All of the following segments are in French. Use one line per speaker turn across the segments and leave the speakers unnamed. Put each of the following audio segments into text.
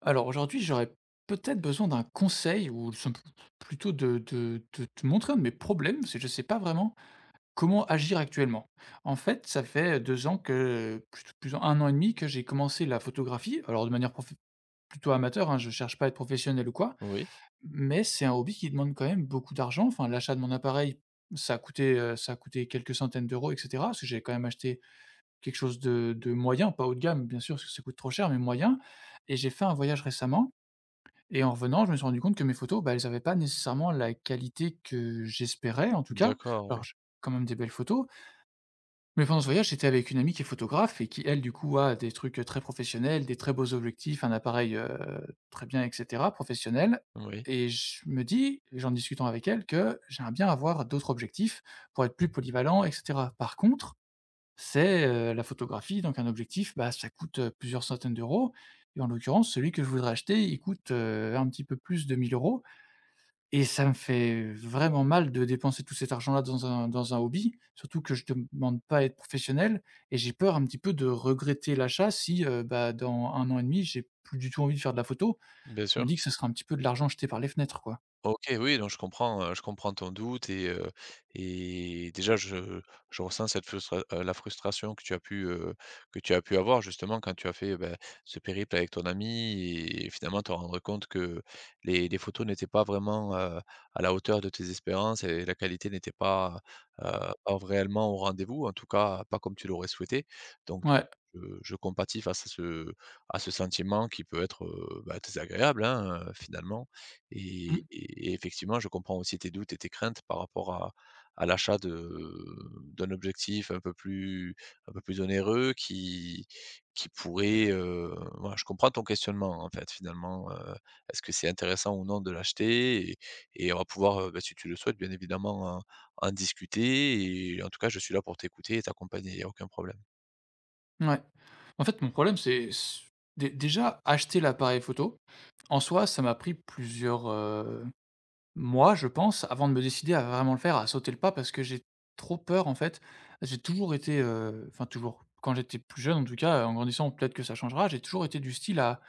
Alors aujourd'hui, j'aurais peut-être besoin d'un conseil ou simp plutôt de te montrer un de mes problèmes, c'est que je ne sais pas vraiment comment agir actuellement. En fait, ça fait 2 ans que plus 1 an et demi que j'ai commencé la photographie, alors de manière prof plutôt amateur, hein, je ne cherche pas à être professionnel ou quoi,
Oui,
mais c'est un hobby qui demande quand même beaucoup d'argent. Enfin, l'achat de mon appareil, ça a coûté quelques centaines d'euros et cetera, parce que j'ai quand même acheté quelque chose de moyen, pas haut de gamme bien sûr, parce que ça coûte trop cher, mais moyen. Et j'ai fait un voyage récemment et en revenant, je me suis rendu compte que mes photos, bah, elles avaient pas nécessairement la qualité que j'espérais, en tout cas.
d'accord, oui,
Alors, j'ai quand même des belles photos, mais pendant ce voyage, j'étais avec une amie qui est photographe et qui, elle, du coup, a des trucs, très professionnels, des très beaux objectifs, un appareil, très bien et cetera, professionnel.
oui,
Et j'en discutant avec elle, que j'aimerais bien avoir d'autres objectifs pour être plus polyvalent et cetera. Par contre c'est, la photographie, donc un objectif, bah, ça coûte, plusieurs centaines d'euros, et en l'occurrence, celui que je voudrais acheter, il coûte, un petit peu plus de mille euros. Et ça me fait vraiment mal de dépenser tout cet argent-là dans un hobby, surtout que je ne demande pas à être professionnel, et j'ai peur un petit peu de regretter l'achat si, bah, dans 1 an et demi, j'ai plus du tout envie de faire de la photo.
bien
Je
sûr.
me dis que ce sera un petit peu de l'argent jeté par les fenêtres, quoi.
OK, oui, donc je comprends ton doute et déjà je ressens cette frustra la frustration que tu as pu, que tu as pu avoir justement quand tu as fait, bah, ce périple avec ton ami et finalement te rendre compte que les photos n'étaient pas vraiment, à la hauteur de tes espérances et la qualité n'était heu, pas réellement au rendez-vous, en tout cas pas comme tu l'aurais souhaité. Donc
Ouais,
je compatis face à ce sentiment qui peut être, bah, désagréable, hein, finalement. Et
mmh,
et et effectivement, je comprends aussi tes doutes et tes craintes par rapport à l'achat de d'un objectif un peu plus onéreux qui pourrait, voilà, je comprends ton questionnement, en fait, finalement, est-ce que c'est intéressant ou non de l'acheter? Et on va pouvoir, bah, si tu le souhaites, bien évidemment, en discuter et en tout cas, je suis là pour t'écouter et t'accompagner, il n'y a aucun problème.
ouais. En fait, mon problème, c'est c dé déjà acheter l'appareil photo. En soi, ça m'a pris plusieurs, mois, je pense, avant de me décider à vraiment le faire, à sauter le pas, parce que j'ai trop peur, en fait. J'ai toujours été, enfin toujours, quand j'étais plus jeune en tout cas, en grandissant peut-être que ça changera, j'ai toujours été du style à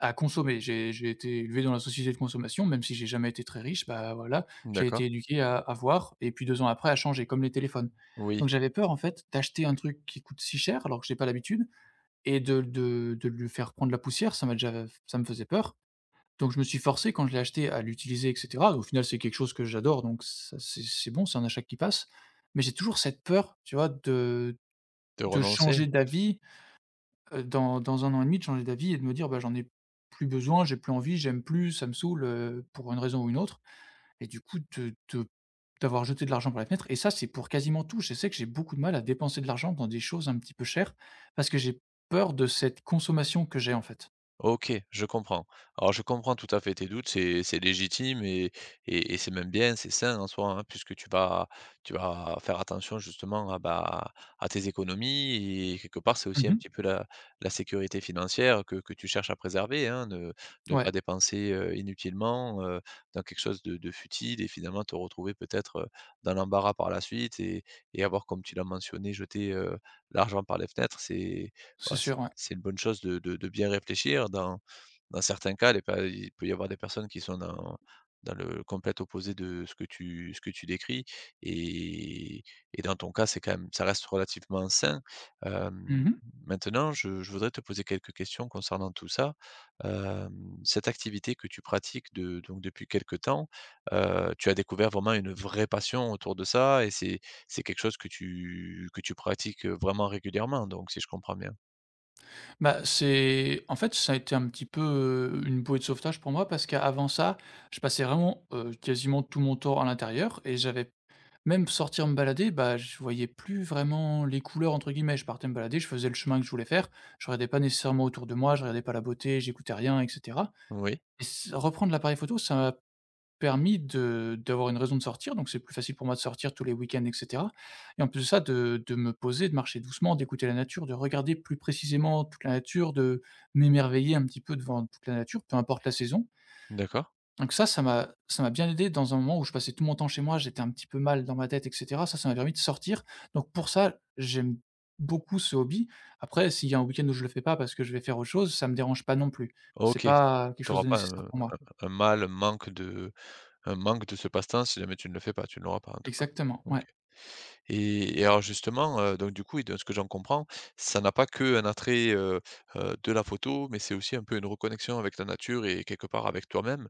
consommer. J'ai été élevé dans la société de consommation, même si j'ai jamais été très riche, bah, voilà, j'ai été
D'accord?
éduqué à avoir et puis 2 ans après à changer, comme les téléphones.
Oui,
Donc j'avais peur en fait d'acheter un truc qui coûte si cher alors que j'ai pas l'habitude, et de lui faire prendre la poussière, ça m'a déjà ça me faisait peur. Donc je me suis forcé quand je l'ai acheté à l'utiliser et cetera. Au final, c'est quelque chose que j'adore, donc ça, c'est bon, c'est un achat qui passe. Mais j'ai toujours cette peur, tu vois, de
de
de
renoncer?
changer d'avis, dans 1 an et demi, de changer d'avis et de me dire: «Bah, j'en ai plus besoin, j'ai plus envie, j'aime plus, ça me saoule», pour une raison ou une autre, et du coup de d'avoir jeté de l'argent par la fenêtre. Et ça, c'est pour quasiment tout. Je sais que j'ai beaucoup de mal à dépenser de l'argent dans des choses un petit peu chères, parce que j'ai peur de cette consommation que j'ai, en fait.
OK, je comprends. Alors je comprends tout à fait tes doutes, c'est légitime et c'est même bien, c'est sain en soi, hein, puisque tu vas faire attention justement à, bah, à tes économies et quelque part, c'est aussi un
Mmh.
petit peu la sécurité financière que tu cherches à préserver, hein, ne pas
Ouais,
dépenser, inutilement, dans quelque chose de futile et finalement te retrouver peut-être, dans l'embarras par la suite et avoir, comme tu l'as mentionné, jeté, l'argent par les fenêtres, c'est
c'est
voilà,
sûr, ouais.
c'est une bonne chose de bien réfléchir. Dans certains cas, les pa il peut y avoir des personnes qui sont dans le complet opposé de ce que tu décris et et dans ton cas, c'est quand même ça reste relativement sain. Hem,
Mmh.
Maintenant, je voudrais te poser quelques questions concernant tout ça. Hem, Cette activité que tu pratiques de donc depuis quelque temps, tu as découvert vraiment une vraie passion autour de ça et c'est quelque chose que tu pratiques, vraiment régulièrement donc, si je comprends bien?
Bah, c'est en fait, ça a été un petit peu, une bouée de sauvetage pour moi, parce qu'avant ça, je passais vraiment, quasiment tout mon temps à l'intérieur, et j'avais, même sortir me balader, bah, je voyais plus vraiment «les couleurs» entre guillemets. Je partais me balader, je faisais le chemin que je voulais faire, je regardais pas nécessairement autour de moi, je regardais pas la beauté, j'écoutais rien et cetera,
Oui,
et s reprendre l'appareil photo, ça m'a permis de d'avoir une raison de sortir, donc c'est plus facile pour moi de sortir tous les week-ends et cetera, et en plus de ça, de me poser, de marcher doucement, d'écouter la nature, de regarder plus précisément toute la nature, de m'émerveiller un petit peu devant toute la nature, peu importe la saison.
d'accord.
Donc ça, ça m'a bien aidé dans un moment où je passais tout mon temps chez moi, j'étais un petit peu mal dans ma tête et cetera. Ça m'a permis de sortir. Donc pour ça, j'aime beaucoup ce hobby. Après, s'il y a un week-end où je le fais pas parce que je vais faire autre chose, ça me dérange pas non plus. C'est
OK.
pas quelque
Tu
chose
auras
de
pas
nécessaire pour moi.
un mal, un manque de ce passe-temps si jamais tu ne le fais pas, tu ne l'auras pas en tout cas.
Exactement,
OK.
ouais.
Et alors justement, donc du coup et de ce que j'en comprends, ça n'a pas que un attrait, de la photo, mais c'est aussi un peu une reconnexion avec la nature et quelque part avec toi-même,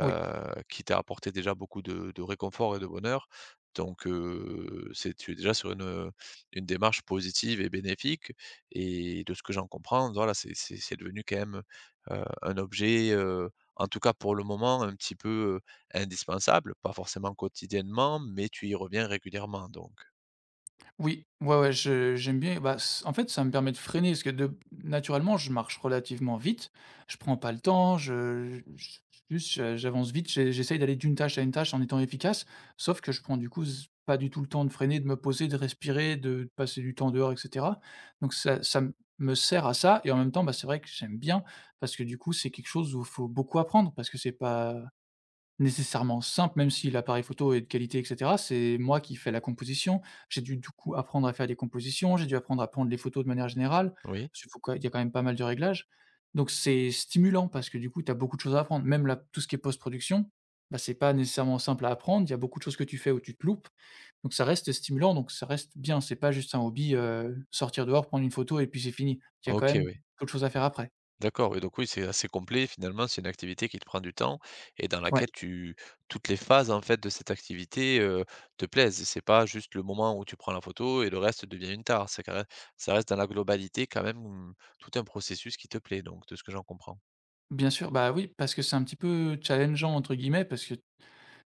Oui.
qui t'a apporté déjà beaucoup de réconfort et de bonheur. Donc c'est tu es déjà sur une démarche positive et bénéfique et de ce que j'en comprends, voilà, c'est devenu quand même, un objet, en tout cas pour le moment, un petit peu, heu, indispensable, pas forcément quotidiennement, mais tu y reviens régulièrement donc?
Oui, ouais, ouais, je j'aime bien, bah, c en fait, ça me permet de freiner parce que de naturellement, je marche relativement vite, je prends pas le temps, je j juste, je j'avance vite, j'essaye d'aller d'une tâche à une tâche en étant efficace, sauf que je prends du coup z pas du tout le temps de freiner, de me poser, de respirer, de passer du temps dehors et cetera. Donc ça m me sert à ça, et en même temps, bah, c'est vrai que j'aime bien, parce que du coup, c'est quelque chose où il faut beaucoup apprendre, parce que c'est pas nécessairement simple, même si l'appareil photo est de qualité et cetera, c'est moi qui fais la composition. J'ai dû du coup apprendre à faire des compositions, j'ai dû apprendre à prendre les photos de manière générale,
Oui.
parce qu'il faut, quand il y a quand même pas mal de réglages. Donc c'est stimulant parce que du coup, tu as beaucoup de choses à apprendre. Même la tout ce qui est post-production, bah, c'est pas nécessairement simple à apprendre. Il y a beaucoup de choses que tu fais où tu te loupes, donc ça reste stimulant, donc ça reste bien. C'est pas juste un hobby, sortir dehors, prendre une photo et puis c'est fini. Il y a quand
OK,
même
oui.
quelque chose à faire après.
D'accord, oui, donc oui, c'est assez complet finalement, c'est une activité qui te prend du temps et dans
Ouais,
laquelle tu toutes les phases en fait de cette activité, te plaisent. C'est pas juste le moment où tu prends la photo et le reste devient une tare. C'est quand même ça reste dans la globalité quand même, tout un processus qui te plaît donc de ce que j'en comprends.
bien sûr, bah, oui, parce que c'est un petit peu «challengeant» entre guillemets, parce que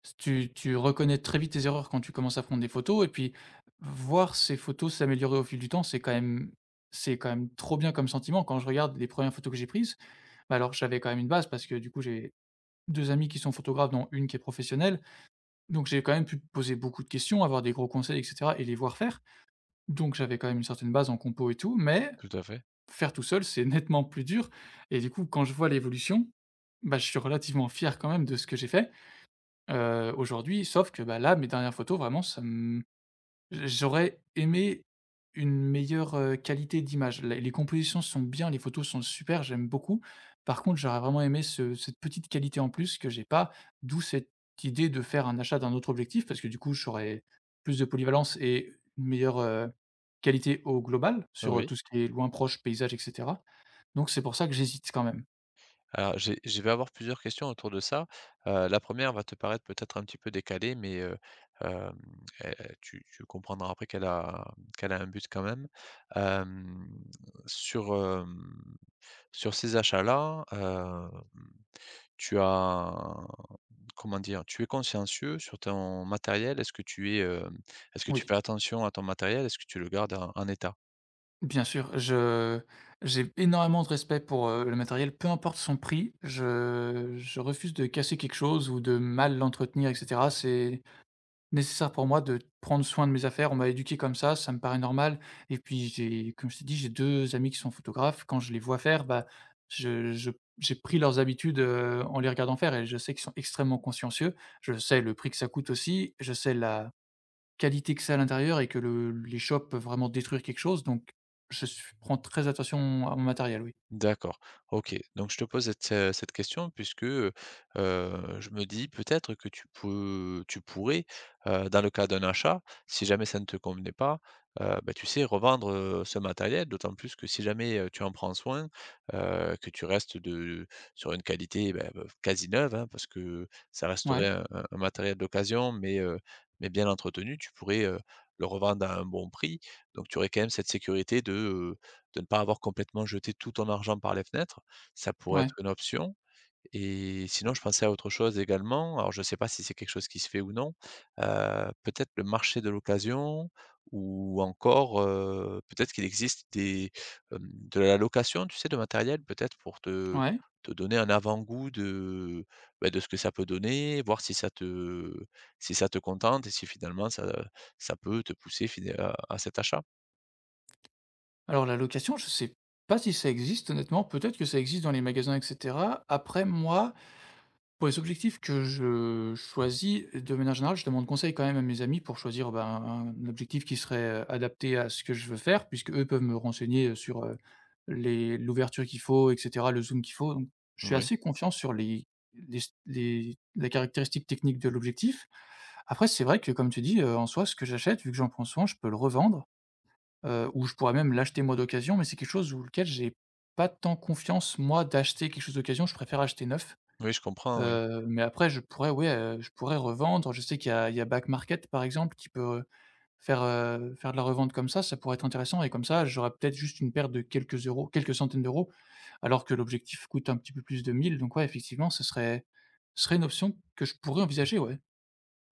S tu reconnais très vite tes erreurs quand tu commences à prendre des photos, et puis voir ces photos s'améliorer au fil du temps, c'est quand même, trop bien comme sentiment. Quand je regarde les premières photos que j'ai prises, bah, alors j'avais quand même une base parce que du coup j'ai 2 amis qui sont photographes, dont une qui est professionnelle, donc j'ai quand même pu poser beaucoup de questions, avoir des gros conseils et cetera, et les voir faire. Donc j'avais quand même une certaine base en compo et tout, mais
Tout à fait.
faire tout seul, c'est nettement plus dur, et du coup quand je vois l'évolution, bah, je suis relativement fier quand même de ce que j'ai fait aujourd'hui. Sauf que, bah, là, mes dernières photos, vraiment, ça me j'aurais aimé une meilleure, qualité d'image. Les compositions sont bien, les photos sont super, j'aime beaucoup. Par contre, j'aurais vraiment aimé ce cette petite qualité en plus que j'ai pas, d'où cette idée de faire un achat d'un autre objectif, parce que, du coup, j'aurais plus de polyvalence et une meilleure, qualité au global sur,
Oui.
tout ce qui est loin, proche, paysage et cetera. Donc c'est pour ça que j'hésite quand même.
Alors, j'ai je vais avoir plusieurs questions autour de ça. La première va te paraître peut-être un petit peu décalée, mais hem, eh, tu comprendras après qu'elle a un but quand même. Hem, sur, hem, Sur ces achats-là, tu as comment dire? Tu es consciencieux sur ton matériel? Est-ce que tu es, est-ce que tu
Oui.
fais attention à ton matériel? Est-ce que tu le gardes en état?
Bien sûr, je j'ai énormément de respect pour, le matériel, peu importe son prix. Je refuse de casser quelque chose ou de mal l'entretenir et cetera. C'est nécessaire pour moi de prendre soin de mes affaires. On m'a éduqué comme ça me paraît normal, et puis j'ai, comme je t'ai dit, j'ai 2 amis qui sont photographes. Quand je les vois faire, bah, je j'ai pris leurs habitudes, en les regardant faire, et je sais qu'ils sont extrêmement consciencieux. Je sais le prix que ça coûte aussi, je sais la qualité que c'est à l'intérieur, et que le les shops peuvent vraiment détruire quelque chose, donc je s prends très attention à mon matériel, oui.
D'accord, OK. Donc je te pose cette, cette question puisque, je me dis peut-être que tu pourrais, dans le cas d'un achat, si jamais ça ne te convenait pas, bah, tu sais, revendre, ce matériel. D'autant plus que si jamais, tu en prends soin, que tu restes de sur une qualité, bah, quasi neuve, hein, parce que ça resterait
Ouais,
un matériel d'occasion, mais bien entretenu. Tu pourrais, le revendre à un bon prix. Donc tu aurais quand même cette sécurité de ne pas avoir complètement jeté tout ton argent par les fenêtres, ça pourrait
ouais,
être une option et sinon je pensais à autre chose également, alors je ne sais pas si c'est quelque chose qui se fait ou non, peut-être le marché de l'occasion ou encore, peut-être qu'il existe des, de la location, tu sais, de matériel peut-être pour
ouais.
te donner un avant-goût de, bah, de ce que ça peut donner, voir si ça te si ça te contente et si finalement ça peut te pousser fina à cet achat.
Alors la location, je sais pas si ça existe honnêtement, peut-être que ça existe dans les magasins et cetera. Après moi, pour les objectifs que je choisis, de manière générale, je demande conseil quand même à mes amis pour choisir, ben, un objectif qui serait, adapté à ce que je veux faire, puisque eux peuvent me renseigner, sur, les l'ouverture qu'il faut et cetera, le zoom qu'il faut, donc je suis
Oui,
assez confiant sur les les caractéristiques techniques de l'objectif. Après, c'est vrai que, comme tu dis, en soi, ce que j'achète, vu que j'en prends soin, je peux le revendre, ou je pourrais même l'acheter moi d'occasion, mais c'est quelque chose où lequel j'ai pas tant confiance moi d'acheter quelque chose d'occasion, je préfère acheter neuf.
oui, je comprends, oui.
Mais après je pourrais, ouais, je pourrais revendre. Je sais qu'il y a Back Market par exemple qui peut, faire de la revente comme ça. Ça pourrait être intéressant, et comme ça j'aurais peut-être juste une perte de quelques euros, quelques centaines d'euros, alors que l'objectif coûte un petit peu plus de mille. Donc ouais, effectivement ce serait, une option que je pourrais envisager, ouais.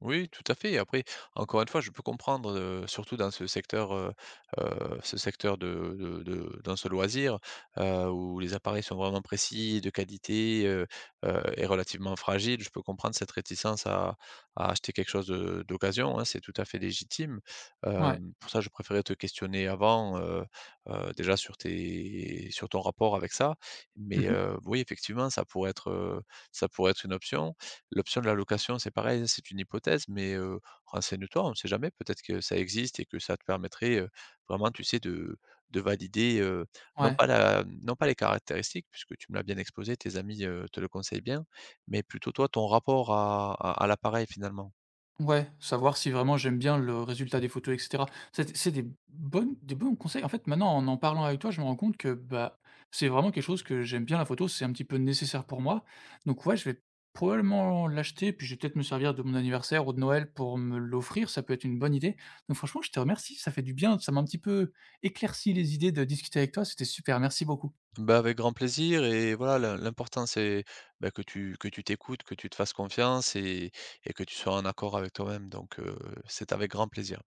Oui, tout à fait. Après, encore une fois, je peux comprendre, surtout dans ce secteur de, dans ce loisir, où les appareils sont vraiment précis, de qualité, et relativement fragiles. Je peux comprendre cette réticence à acheter quelque chose d'occasion, hein, c'est tout à fait légitime. Euh,
Ouais.
pour ça, je préférais te questionner avant, déjà sur tes, sur ton rapport avec ça. Mais
Mmh.
oui, effectivement, ça pourrait être une option. L'option de la location, c'est pareil, c'est une hypothèse, mais renseigne-toi, on ne sait jamais, peut-être que ça existe et que ça te permettrait, vraiment, tu sais, de valider, non
Ouais.
pas la non pas les caractéristiques puisque tu me l'as bien exposé, tes amis, te le conseillent bien, mais plutôt toi, ton rapport à l'appareil, finalement.
Ouais, savoir si vraiment j'aime bien le résultat des photos et cetera. C'est des bons conseils. En fait, maintenant, en parlant avec toi, je me rends compte que, bah, c'est vraiment quelque chose que j'aime bien, la photo, c'est un petit peu nécessaire pour moi. Donc ouais, je vais probablement l'acheter, puis je vais peut-être me servir de mon anniversaire ou de Noël pour me l'offrir, ça peut être une bonne idée. Donc franchement, je te remercie, ça fait du bien, ça m'a un petit peu éclairci les idées de discuter avec toi, c'était super, merci beaucoup.
Bah, avec grand plaisir et voilà, l'important c'est, bah, que tu t'écoutes, que tu te fasses confiance et que tu sois en accord avec toi-même, donc c'est avec grand plaisir.